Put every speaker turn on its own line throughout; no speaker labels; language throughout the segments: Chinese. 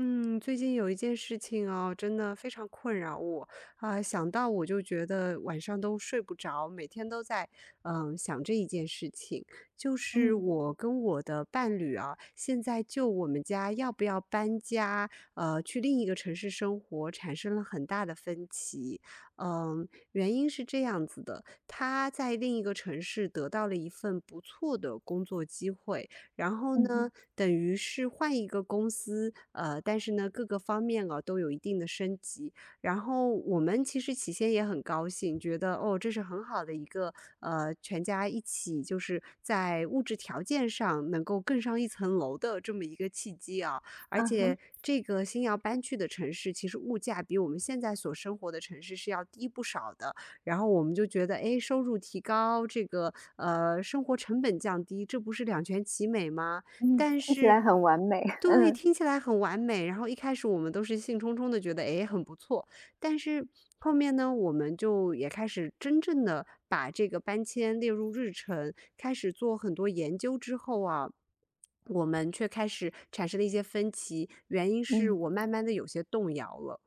嗯，最近有一件事情哦，真的非常困扰我啊，想到我就觉得晚上都睡不着，每天都在想这一件事情，就是
嗯，
我跟我的伴侣啊，现在就我们家要不要搬家，去另一个城市生活，产生了很大的分歧。嗯，原因是这样子的，他在另一个城市得到了一份不错的工作机会，然后
嗯
呢，
哼，
等于是换一个公司，但是呢，各个方面啊都有一定的升级。然后我们其实起先也很高兴，觉得哦，这是很好的一个全家一起就是在物质条件上能够更上一层楼的这么一个契机啊。而
啊哈。
且这个新要搬去的城市，其实物价比我们现在所生活的城市是要低不少的。然后我们就觉得，哎，收入提高，这个生活成本降低，这不是两全其美吗？
嗯，
但
听起来
是
很完美，
对，
嗯，
听起来很完美。然后一开始我们都是兴冲冲的，觉得，诶，很不错。但是后面呢，我们就也开始真正的把这个搬迁列入日程，开始做很多研究之后啊，我们却开始产生了一些分歧，原因是
嗯。
我慢慢的有些动摇了。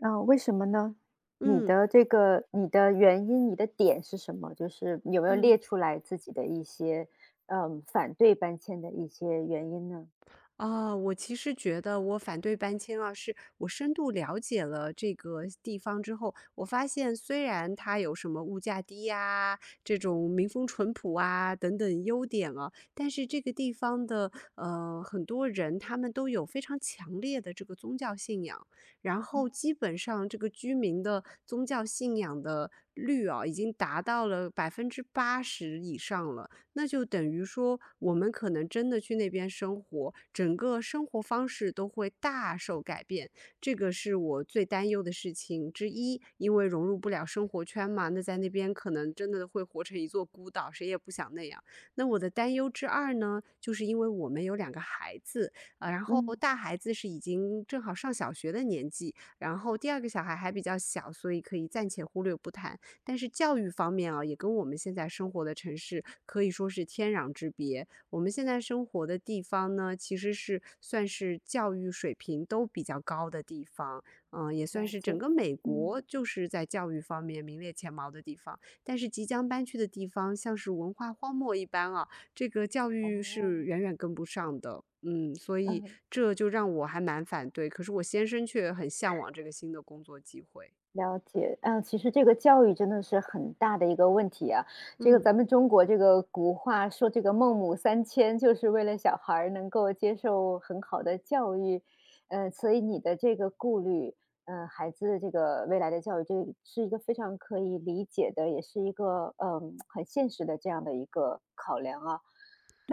啊，为什么呢？你
嗯，
的这个你的原因，你的点是什么？就是有没有
嗯。
列出来自己的一些，反对搬迁的一些原因呢？
啊，我其实觉得我反对搬迁啊，是我深度了解了这个地方之后，我发现虽然它有什么物价低呀、这种民风淳朴啊等等优点啊，但是这个地方的很多人他们都有非常强烈的这个宗教信仰，然后基本上这个居民的宗教信仰的率啊，已经达到了80%以上了。那就等于说我们可能真的去那边生活，整个生活方式都会大受改变。这个是我最担忧的事情之一，因为融入不了生活圈嘛，那在那边可能真的会活成一座孤岛，谁也不想那样。那我的担忧之二呢，就是因为我们有两个孩子，然后
嗯，
大孩子是已经正好上小学的年纪，然后第二个小孩还比较小，所以可以暂且忽略不谈。但是教育方面啊，也跟我们现在生活的城市可以说是天壤之别。我们现在生活的地方呢，其实是算是教育水平都比较高的地方，也算
了
是整
解，
个美
嗯。
国就是在教育方面名列前茅的地方。但是即将搬去的地方，像是文化荒漠一般啊，这个教育是
哦。
远远跟不上的。嗯，所以
嗯。
这就让我还蛮反对，可是我先生却很向往这个新的工作机会。
了解，嗯，其实这个教育真的是很大的一个问题啊。这个
嗯。
咱们中国这个古话说这个孟母三迁，就是为了小孩儿能够接受很好的教育，所以你的这个顾虑，孩子这个未来的教育，这是一个非常可以理解的，也是一个很现实的这样的一个考量啊。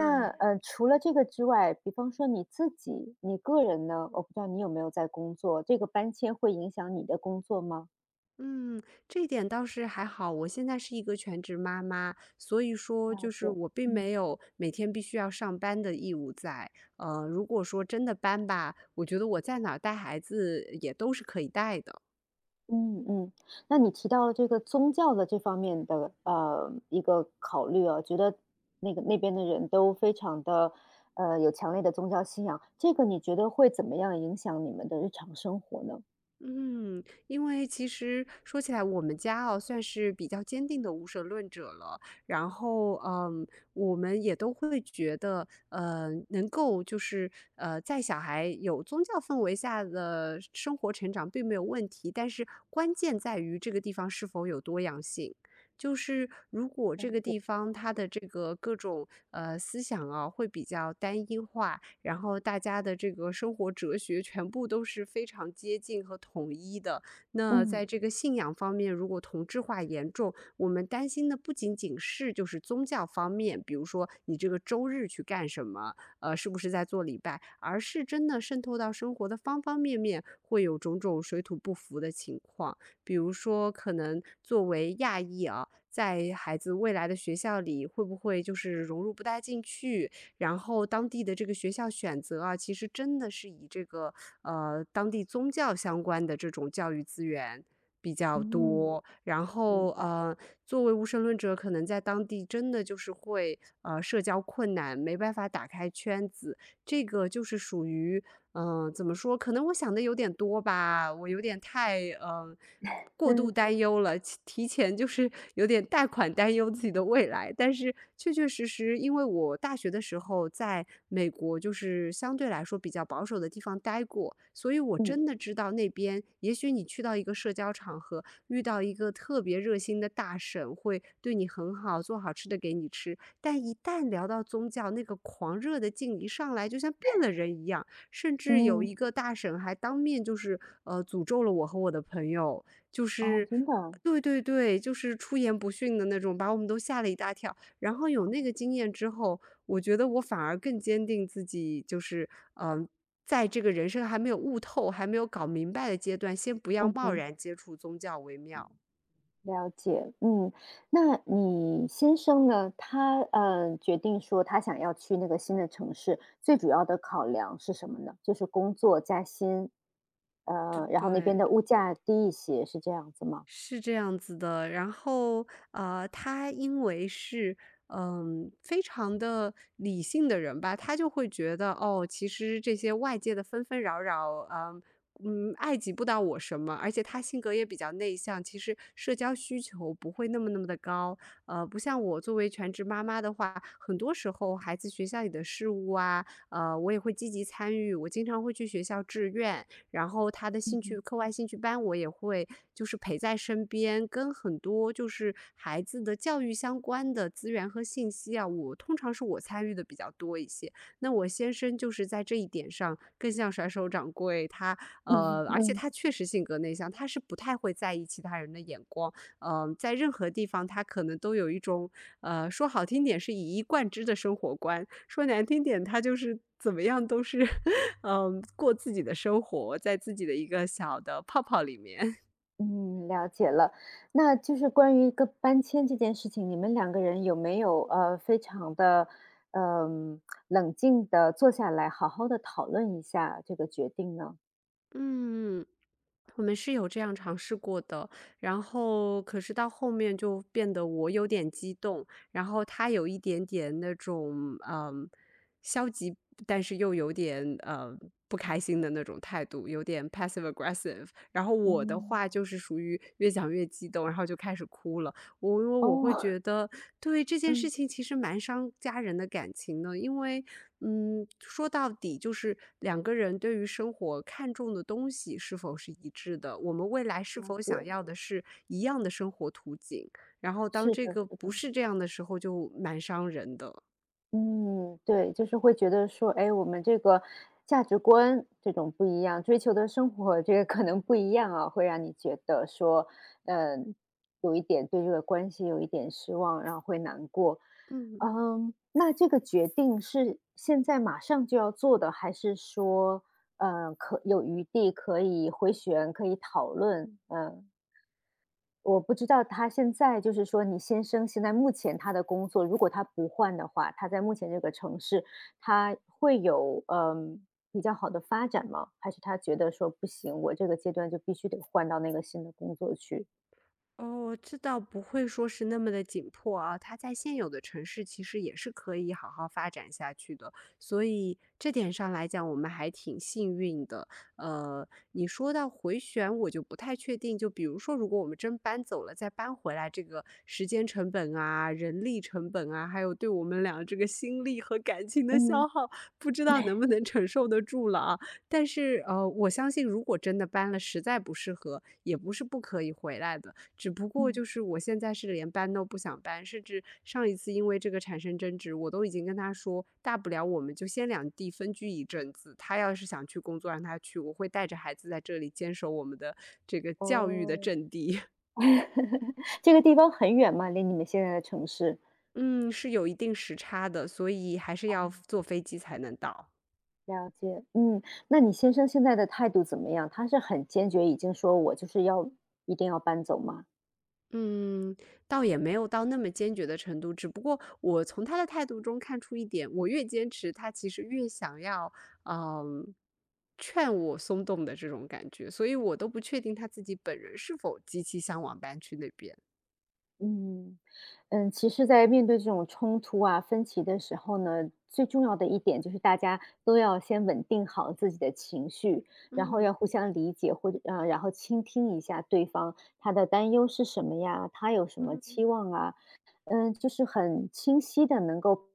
那除了这个之外，比方说你自己，你个人呢，我不知道你有没有在工作，这个搬迁会影响你的工作吗？
嗯，这一点倒是还好。我现在是一个全职妈妈，所以说
了
就是
解，
我并
嗯
没有每天必须要上班的义务在。如果说真的搬吧，我觉得我在哪儿带孩子也都是可以带的。
嗯，那你提到了这个宗教的这方面的一个考虑啊，觉得那个那边的人都非常的有强烈的宗教信仰，这个你觉得会怎么样影响你们的日常生活呢？
嗯，因为其实说起来，我们家哦算是比较坚定的无神论者了。然后，我们也都会觉得，能够就是在小孩有宗教氛围下的生活成长并没有问题，但是关键在于这个地方是否有多样性。就是如果这个地方它的这个各种思想啊会比较单一化，然后大家的这个生活哲学全部都是非常接近和统一的。那
嗯
在这个信仰方面，如果同质化严重，我们担心的不仅仅是就是宗教方面，比如说你这个周日去干什么，是不是在做礼拜，而是真的渗透到生活的方方面面，会有种种水土不服的情况。比如说，可能作为亚裔啊，在孩子未来的学校里，会不会就是融入不大进去？然后当地的这个学校选择啊，其实真的是以这个当地宗教相关的这种教育资源比较
嗯，
多。然后
明白，
作为无神论者，可能在当地真的就是会社交困难，没办法打开圈子。这个就是属于怎么说？可能我想的有点多吧，我有点太过度
嗯
担忧了，提前就是有点贷款担忧自己的未来。但是确确实实，因为我大学的时候在美国，就是相对来说比较保守的地方待过，所以我
嗯
真的知道那边，也许你去到一个社交场合，遇到一个特别热心的大婶，会对你很好，做好吃的给你吃。但一旦聊到宗教，那个狂热的劲一上来，就像变了人一样，甚至有一
嗯，
个大婶还当面就是诅咒了我和我的朋友。就
哦，
是
真的啊，
对对对，就是出言不逊的那种，把我们都吓了一大跳。然后有那个经验之后，我觉得我反而更坚定自己，就是嗯、呃在这个人生还没有悟透、还没有搞明白的阶段，先不要
嗯
贸
哼。
然接触宗教为妙。
了解，嗯，那你先生呢？他决定说他想要去那个新的城市，最主要的考量是什么呢？就是工作加薪，
对
然后那边
对。
的物价低一些，是这样子吗？
是这样子的，然后他因为是非常的理性的人吧，他就会觉得哦，其实这些外界的纷纷扰扰，爱及不到我什么。而且他性格也比较内向，其实社交需求不会那么那么的高。不像我作为全职妈妈的话，很多时候孩子学校里的事务啊，我也会积极参与，我经常会去学校志愿，然后他的兴趣
嗯
课外兴趣班我也会就是陪在身边，跟很多就是孩子的教育相关的资源和信息啊，我通常是我参与的比较多一些。那我先生就是在这一点上更像甩手掌柜，
嗯
而且
嗯
他确实性格内向，他是不太会在意其他人的眼光。在任何地方他可能都有一种，说好听点是以一贯之的生活观，说难听点他就是怎么样都是 过自己的生活，在自己的一个小的泡泡里面。
嗯，了解了。那就是关于一个搬迁这件事情，你们两个人有没有非常的嗯、冷静的坐下来，好好的讨论一下这个决定呢？
嗯，我们是有这样尝试过的，然后可是到后面就变得我有点激动，然后他有一点点那种消极，但是又有点不开心的那种态度，有点 passive aggressive。然后我的话
嗯，
就是属于越讲越激动，然后就开始哭了。我因为
哦，
我会觉得，对这 件事
嗯。
情其实蛮伤家人的感情的，因为，说到底就是两个人对于生活看重的东西是否是一致的，我们未来是
了
否想
解，
要的是一样的生活图景，然后当
是
这
的，
个
是
不
的，
是这样的时候，就蛮伤人的，
嗯，对，就是会觉得说，哎，我们这个价值观这种不一样，追求的生活这个可能不一样啊，会让你觉得说，嗯，有一点对这个关系有一点失望，然后会难过。
嗯。
嗯，那这个决定是现在马上就要做的，还是说，呃，可有余地可以回旋，可以讨论？嗯、我不知道他现在就是说你先生现在目前他的工作，如果他不换的话，他在目前这个城市，他会有比较好的发展吗？还是他觉得说不行，我这个阶段就必须得换到那个新的工作去？
哦，这倒不会说是那么的紧迫啊，它在现有的城市其实也是可以好好发展下去的，所以这点上来讲我们还挺幸运的。你说到回旋我就不太确定，就比如说如果我们真搬走了再搬回来，这个时间成本啊、人力成本啊，还有对我们俩这个心力和感情的
嗯
消耗，不知道能不能承受得住了啊。但是，我相信如果真的搬了实在不适合，也不是不可以回来的。只不过
嗯。
就是我现在是连搬都不想搬，甚至上一次因为这个产生争执，我都已经跟他说，大不了我们就先两地分居一阵子。他要是想去工作，让他去，我会带着孩子在这里坚守我们的这个教育的
哦，
阵地。
这个地方很远吗？离你们现在的城市？
嗯，是有一定时差的，所以还是要
哦，
坐飞机才能到。
了解。嗯，那你先生现在的态度怎么样？他是很坚决，已经说我就是要一定要搬走吗？
嗯，倒也没有到那么坚决的程度，只不过我从他的态度中看出一点，我越坚持，他其实越想要，嗯，劝我松动的这种感觉，所以我都不确定他自己本人是否极其向往搬去那边。
嗯。嗯，其实在面对这种冲突啊、分歧的时候呢，最重要的一点就是大家都要先稳定好自己的情绪，然后
嗯
要互相理解，或者然后倾听一下对方他的担忧是什么呀，他有什么
嗯
期
嗯
望啊，嗯，就是很清晰的能够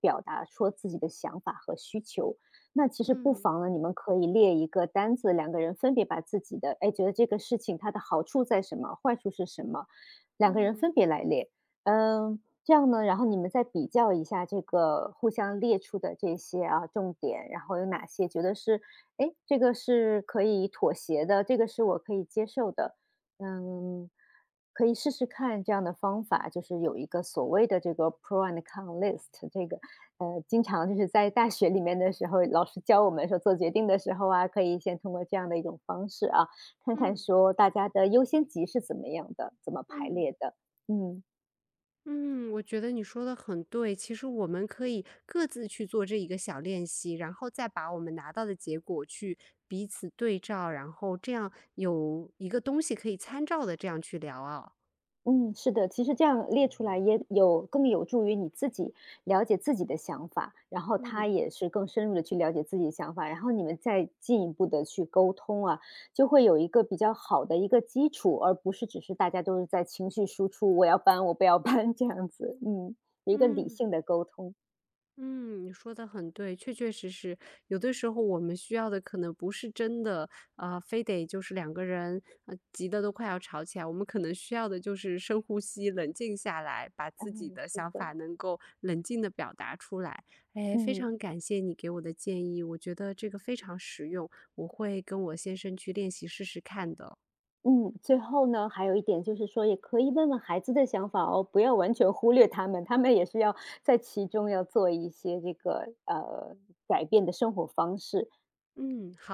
表达出自己的想法和需求。那其实不妨呢，你们可以列一个单子，两个人分别把自己的，哎，觉得这个事情它的好处在什么，坏处是什么，两个人
嗯
分别来列。嗯，这样呢，然后你们再比较一下这个互相列出的这些啊重点，然后有哪些觉得是，哎，这个是可以妥协的，这个是我可以接受的。嗯，可以试试看这样的方法，就是有一个所谓的这个 pro and con list，这个经常就是在大学里面的时候，老师教我们说做决定的时候啊，可以先通过这样的一种方式啊，看看
嗯
说大家的优先级是怎么样的，怎么排
嗯
列的。嗯。
嗯，我觉得你说的很对。其实我们可以各自去做这一个小练习，然后再把我们拿到的结果去彼此对照，然后这样有一个东西可以参照的，这样去聊啊。
嗯，是的，其实这样列出来也有更有助于你自己了解自己的想法，然后他
嗯
也是更深入的去了解自己的想法，然后你们再进一步的去沟通啊，就会有一个比较好的一个基础，而不是只是大家都是在情绪输出，我要搬，我不要搬 这样子，嗯，有一个理
嗯。
性的沟通，
嗯，你说的很对，确确实实，有的时候我们需要的可能不是真的，啊、非得就是两个人，急得都快要吵起来，我们可能需要的就是深呼吸，冷静下来，把自己
嗯，
的
是
想
的，
法能够冷静的表达出来。哎，非
嗯。
常感谢你给我的建议，我觉得这个非常实用，我会跟我先生去练习试试看的。
嗯，最后呢，还有一点就是说，也可以问问孩子的想法哦，不要完全忽略他们，他们也是要在其中要做一些这个改变的生活方式。
嗯，好。